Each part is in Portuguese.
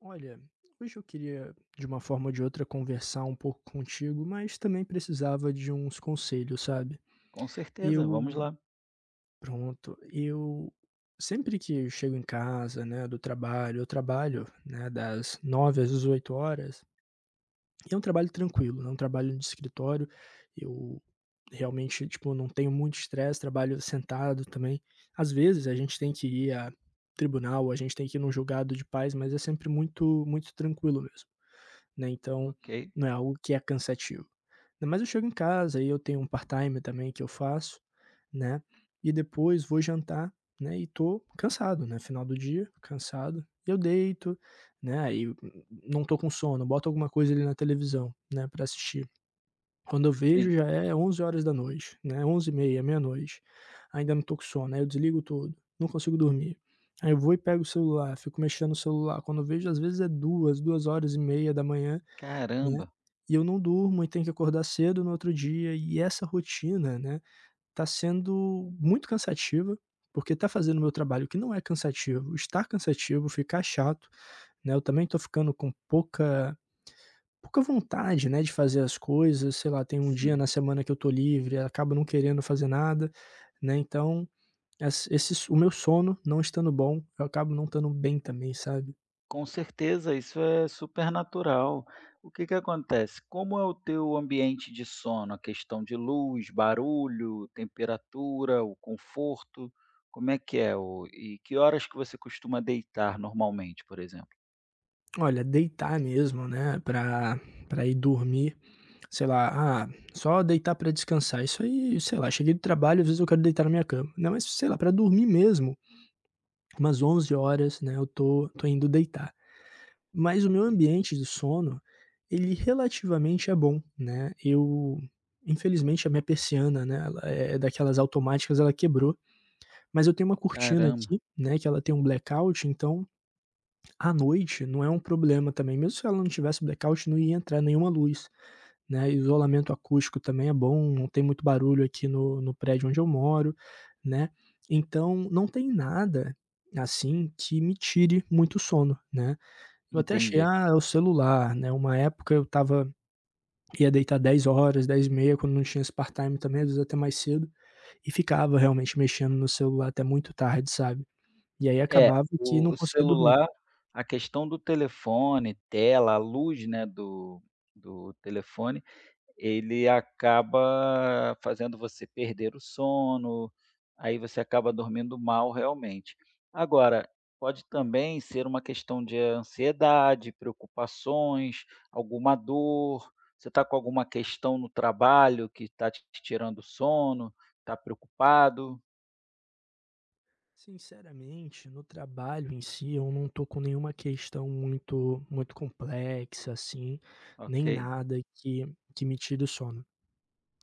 Olha, hoje eu queria, de uma forma ou de outra, conversar um pouco contigo, mas também precisava de uns conselhos, sabe? Com certeza, vamos Eu, lá. pronto, eu sempre que eu chego em casa, né, do trabalho, eu trabalho, né, das 9 às 18 horas, e é um trabalho tranquilo, não é um trabalho de escritório, eu realmente, tipo, não tenho muito estresse, trabalho sentado também. Às vezes a gente tem que ir a tribunal, a gente tem que ir num julgado de paz, mas é sempre muito, muito tranquilo mesmo, né, então Ok, não é algo que é cansativo. Ainda mais eu chego em casa, aí eu tenho um part-time também que eu faço, né, e depois vou jantar, né, e tô cansado, né, final do dia, cansado, e eu deito, né, aí não tô com sono, boto alguma coisa ali na televisão, né, pra assistir. Quando eu sim. vejo já é 11 horas da noite, né, 11h30, meia-noite, ainda não tô com sono, aí eu desligo tudo, não consigo dormir. Aí eu vou e pego o celular, fico mexendo no celular, quando eu vejo às vezes é duas horas e meia da manhã, né, Caramba, e eu não durmo e tenho que acordar cedo no outro dia, e essa rotina, né, tá sendo muito cansativa, porque tá fazendo meu trabalho que não é cansativo, estar cansativo, ficar chato, né, eu também tô ficando com pouca vontade, né, de fazer as coisas, sei lá, tem um dia sim. na semana que eu tô livre, acabo não querendo fazer nada, né, então ess esse so o meu sono não estando bom, eu acabo não estando bem também, sabe. Com certeza, isso é super natural. O que que acontece? Como é o teu ambiente de sono? A questão de luz, barulho, temperatura, o conforto, como é que é? E que horas que você costuma deitar normalmente, por exemplo? Olha, deitar mesmo, né, pra ir dormir, sei lá, só deitar pra descansar, isso aí, sei lá, cheguei do trabalho, às vezes eu quero deitar na minha cama, né, mas sei lá, pra dormir mesmo, umas 11 horas, né, eu tô indo deitar. Mas o meu Ok. ambiente do sono, ele relativamente é bom, né, eu infelizmente a minha persiana, né, ela é daquelas automáticas, ela quebrou, mas eu tenho uma cortina Caramba, aqui, né, que ela tem um blackout, então, à noite não é um problema também, mesmo se ela não tivesse blackout, não ia entrar nenhuma luz, né, isolamento acústico também é bom, não tem muito barulho aqui no prédio onde eu moro, né. Então não tem nada, assim, que me tire muito sono, né. Eu até achei: entendi. "Ah, é o celular", né, uma época eu tava, ia deitar 10 horas, 10h30, quando não tinha esse part-time também, às vezes até mais cedo, e ficava realmente mexendo no celular até muito tarde, sabe. E aí É, acabava que o, não o conseguia dormir. celular, a questão do telefone, tela, a luz, né, do telefone. Ele acaba fazendo você perder o sono, aí você acaba dormindo mal realmente. Agora, pode também ser uma questão de ansiedade, preocupações, alguma dor, você está com alguma questão no trabalho que está te tirando o sono, está preocupado, Sinceramente, no trabalho em si, eu não tô com nenhuma questão muito muito complexa, assim, nem ok? nada que que me tire o sono.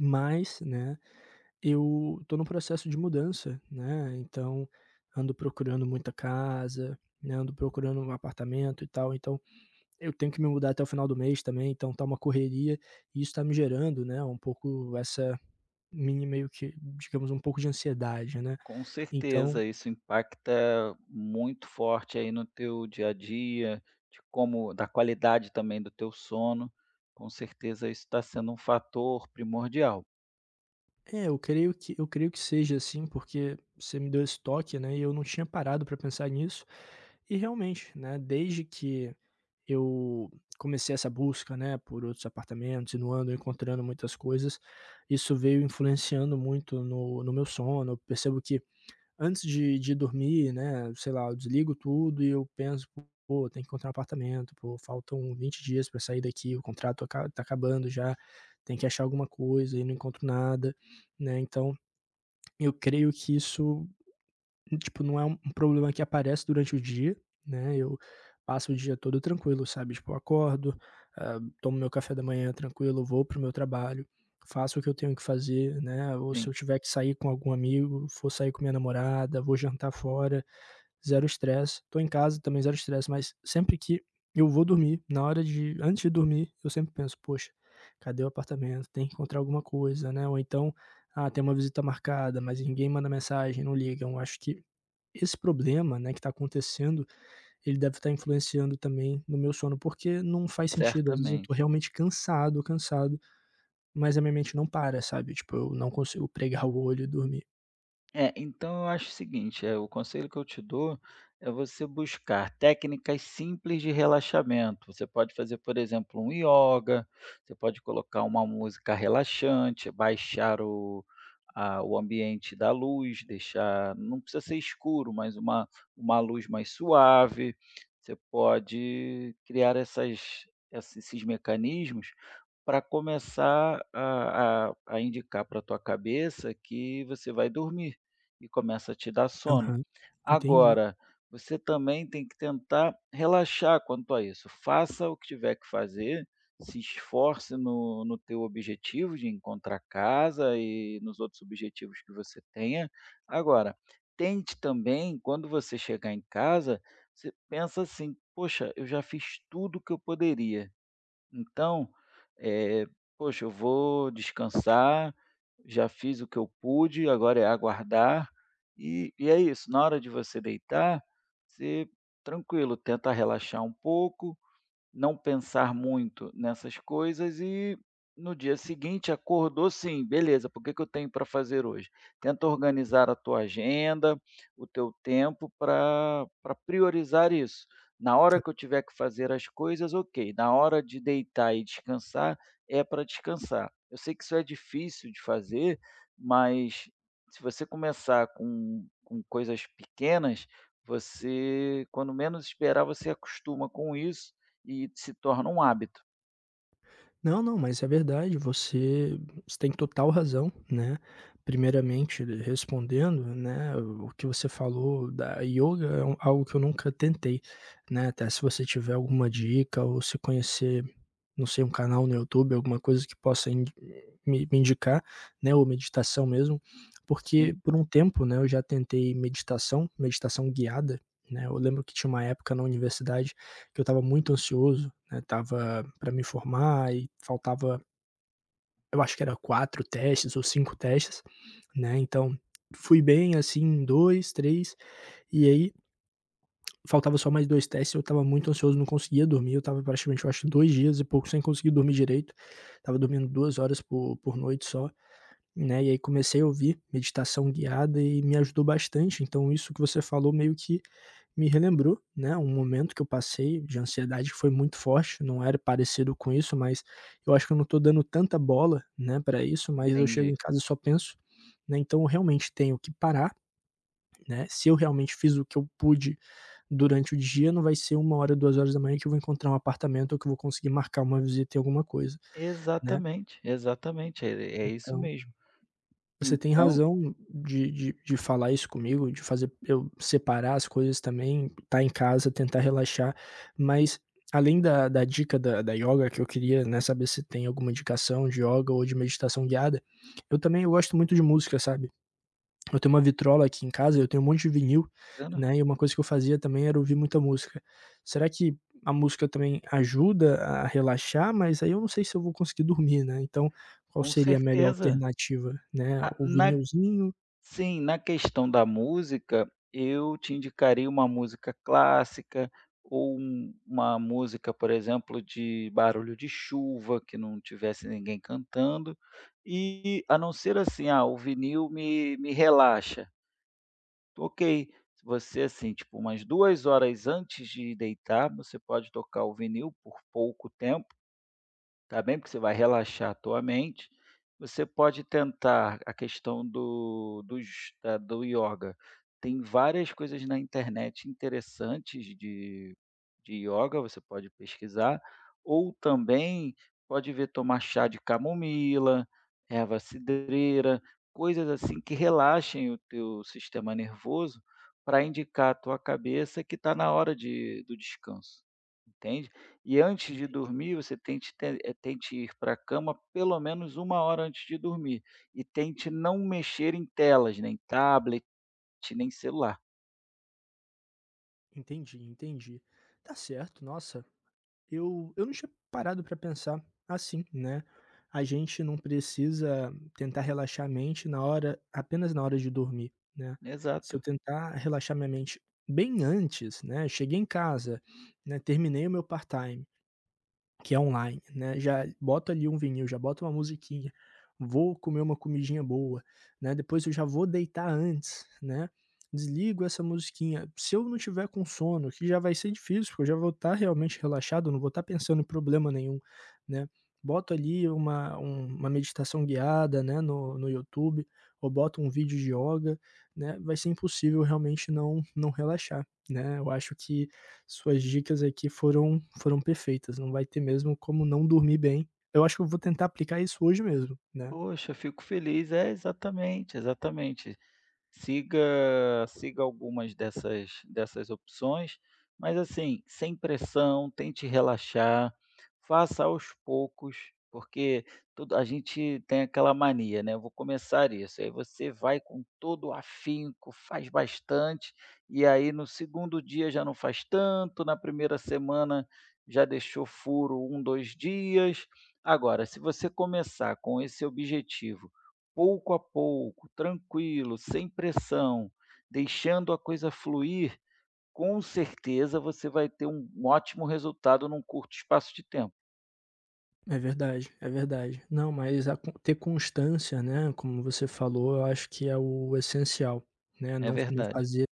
Mas, né, eu tô num processo de mudança, né, então ando procurando muita casa, né, ando procurando um apartamento e tal, então eu tenho que me mudar até o final do mês também, então tá uma correria, e isso tá me gerando, né, um pouco essa mini meio que, digamos, um pouco de ansiedade, né. Com Então, certeza, isso impacta muito forte aí no teu dia a dia, de como da qualidade também do teu sono. Com certeza isso está sendo um fator primordial. é, eu creio que seja assim, porque você me deu esse toque, né, e eu não tinha parado para pensar nisso. E realmente, né, desde que eu comecei essa busca, né, por outros apartamentos e no ando encontrando muitas coisas, isso veio influenciando muito no meu sono. Eu percebo que antes de dormir, né, sei lá, eu desligo tudo e eu penso: "Pô, tem que encontrar um apartamento, pô, faltam 20 dias para sair daqui, o contrato aca tá acabando já, tem que achar alguma coisa e não encontro nada", né, então eu creio que isso, tipo, não é um problema que aparece durante o dia, né, eu passo o dia todo tranquilo, sabe, tipo, eu acordo, tomo meu café da manhã tranquilo, vou pro meu trabalho, faço o que eu tenho que fazer, né, ou se Sim, eu tiver que sair com algum amigo, for sair com minha namorada, vou jantar fora, zero estresse. Tô em casa também zero estresse, mas sempre que eu vou dormir, na hora de antes de dormir, eu sempre penso: "Poxa, cadê o apartamento? Tem que encontrar alguma coisa, né?" Ou então: "Ah, tem uma visita marcada, mas ninguém manda mensagem, não ligam". Acho que esse problema, né, que tá acontecendo, ele deve estar influenciando também no meu sono, porque não faz sentido. Às vezes eu tô certamente. realmente cansado, cansado, mas a minha mente não para, sabe? Tipo, eu não consigo pregar o olho e dormir. É, então eu acho o seguinte, o conselho que eu te dou é você buscar técnicas simples de relaxamento. Você pode fazer, por exemplo, um ioga, você pode colocar uma música relaxante, baixar o ambiente da luz, deixar, não precisa ser escuro, mas uma luz mais suave. Você pode criar essas, esses esses mecanismos para começar a indicar para a tua cabeça que você vai dormir e começa a te dar sono. Aham. Entendi. Agora, você também tem que tentar relaxar quanto a isso. Faça o que tiver que fazer, se esforce no teu objetivo de encontrar casa e nos outros objetivos que você tenha. Agora, tente também, quando você chegar em casa, você pensa assim, poxa, eu já fiz tudo o que eu poderia. Então, eh, poxa, eu vou descansar, já fiz o que eu pude, agora é aguardar. E é isso, na hora de você deitar, você tranquilo, tenta relaxar um pouco, não pensar muito nessas coisas e no dia seguinte acordou sim, beleza, por que que eu tenho para fazer hoje? Tenta organizar a tua agenda, o teu tempo para priorizar isso. Na hora Tá. que eu tiver que fazer as coisas, ok. Na hora de deitar e descansar, é para descansar. Eu sei que isso é difícil de fazer, mas se você começar com coisas pequenas, você, quando menos esperar, você acostuma com isso e se torna um hábito. Não, não, mas é verdade, você você tem total razão, né. Primeiramente, respondendo, né, o que você falou da yoga é um algo que eu nunca tentei, né, até se você tiver alguma dica ou se conhecer, não sei, um canal no YouTube, alguma coisa que possa indi me indicar, né, ou meditação mesmo, porque Sim, por um tempo, né, eu já tentei meditação, meditação guiada, né, eu lembro que tinha uma época na universidade que eu estava muito ansioso, né, estava para me formar e faltava, eu acho que era 4 testes ou 5 testes, né, então fui bem, assim, em 2, 3, e aí faltava só mais 2 testes, eu estava muito ansioso, não conseguia dormir, eu estava praticamente, eu acho, 2 dias e pouco sem conseguir dormir direito, estava dormindo 2 horas por noite só, né, e aí comecei a ouvir meditação guiada e me ajudou bastante, então isso que você falou meio que me relembrou, né, um momento que eu passei de ansiedade que foi muito forte, não era parecido com isso, mas eu acho que eu não tô dando tanta bola, né, para isso, mas eu chego em entendi. casa e só penso, né, então eu realmente tenho que parar, né, se eu realmente fiz o que eu pude durante o dia, não vai ser uma hora, 2 horas da manhã que eu vou encontrar um apartamento ou que eu vou conseguir marcar uma visita em alguma coisa, né, Exatamente, exatamente, é isso então mesmo. você tem Então, razão de falar isso comigo, de fazer eu separar as coisas também, estar em casa, tentar relaxar, mas além da dica da yoga que eu queria, né, saber se tem alguma indicação de yoga ou de meditação guiada, eu também eu gosto muito de música, sabe. Eu tenho uma vitrola aqui em casa, eu tenho um monte de vinil, Ana, né, e uma coisa que eu fazia também era ouvir muita música. Será que a música também ajuda a relaxar? Mas aí eu não sei se eu vou conseguir dormir, né, então qual com seria a melhor certeza. alternativa, né, Ah, o na vinilzinho. Sim, na questão da música, eu te indicaria uma música clássica ou uma música, por exemplo, de barulho de chuva, que não tivesse ninguém cantando, e a não ser assim: "Ah, o vinil me relaxa". Ok, se você assim, tipo, umas 2 horas antes de deitar, você pode tocar o vinil por pouco tempo. Tá bem? Porque você vai relaxar a tua mente. Você pode tentar a questão do dos da do yoga. Tem várias coisas na internet interessantes de yoga. Você pode pesquisar, ou também pode ver tomar chá de camomila, erva cidreira, coisas assim que relaxem o teu sistema nervoso, para indicar a tua cabeça que está na hora de do descanso, entende? E antes de Entendi, dormir, você tente ter eh, tente ir para a cama pelo menos uma hora antes de dormir e tente não mexer em telas, nem tablet, nem celular. entendi, entendi. Tá certo, nossa, eu não tinha parado para pensar assim, né, a gente não precisa tentar relaxar a mente na hora, apenas na hora de dormir, né. Se eu Exato. tentar relaxar minha mente bem antes, né, cheguei em casa, né, terminei o meu part-time, que é online, né, já boto ali um vinil, já boto uma musiquinha, vou comer uma comidinha boa, né, depois eu já vou deitar antes, né, desligo essa musiquinha. Se eu não tiver com sono, que já vai ser difícil, porque eu já vou estar realmente relaxado, não vou estar pensando em problema nenhum, né, boto ali uma meditação guiada, né, no YouTube, ou boto um vídeo de yoga, né, vai ser impossível realmente não relaxar, né. Eu acho que suas dicas aqui foram perfeitas, não vai ter mesmo como não dormir bem. Eu acho que eu vou tentar aplicar isso hoje mesmo, né. Poxa, fico feliz. É, exatamente, exatamente. Siga algumas dessas opções, mas assim, sem pressão, tente relaxar, faça aos poucos, porque tudo a gente tem aquela mania, né. Eu vou começar isso, aí você vai com todo o afinco, faz bastante, e aí no segundo dia já não faz tanto, na primeira semana já deixou furo um, 2 dias. Agora, se você começar com esse objetivo pouco a pouco, tranquilo, sem pressão, deixando a coisa fluir, com certeza você vai ter um ótimo resultado num curto espaço de tempo. É verdade, é verdade. Não, mas a con ter constância, né, como você falou, eu acho que é o essencial, né, É não verdade. fazer,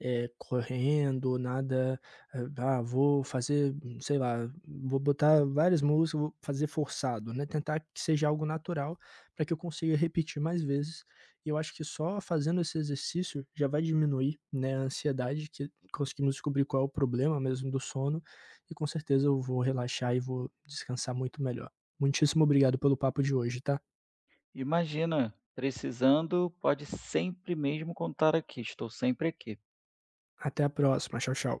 eh, correndo, nada, eh, "Ah, vou fazer, sei lá, vou botar várias músicas, vou fazer forçado", né, tentar que seja algo natural para que eu consiga repetir mais vezes. E eu acho que só fazendo esse exercício já vai diminuir, né, a ansiedade, que conseguimos descobrir qual é o problema mesmo do sono, e com certeza eu vou relaxar e vou descansar muito melhor. Muitíssimo obrigado pelo papo de hoje, tá? Imagina, precisando, pode sempre mesmo contar aqui, estou sempre aqui. Até a próxima. Tchau, tchau.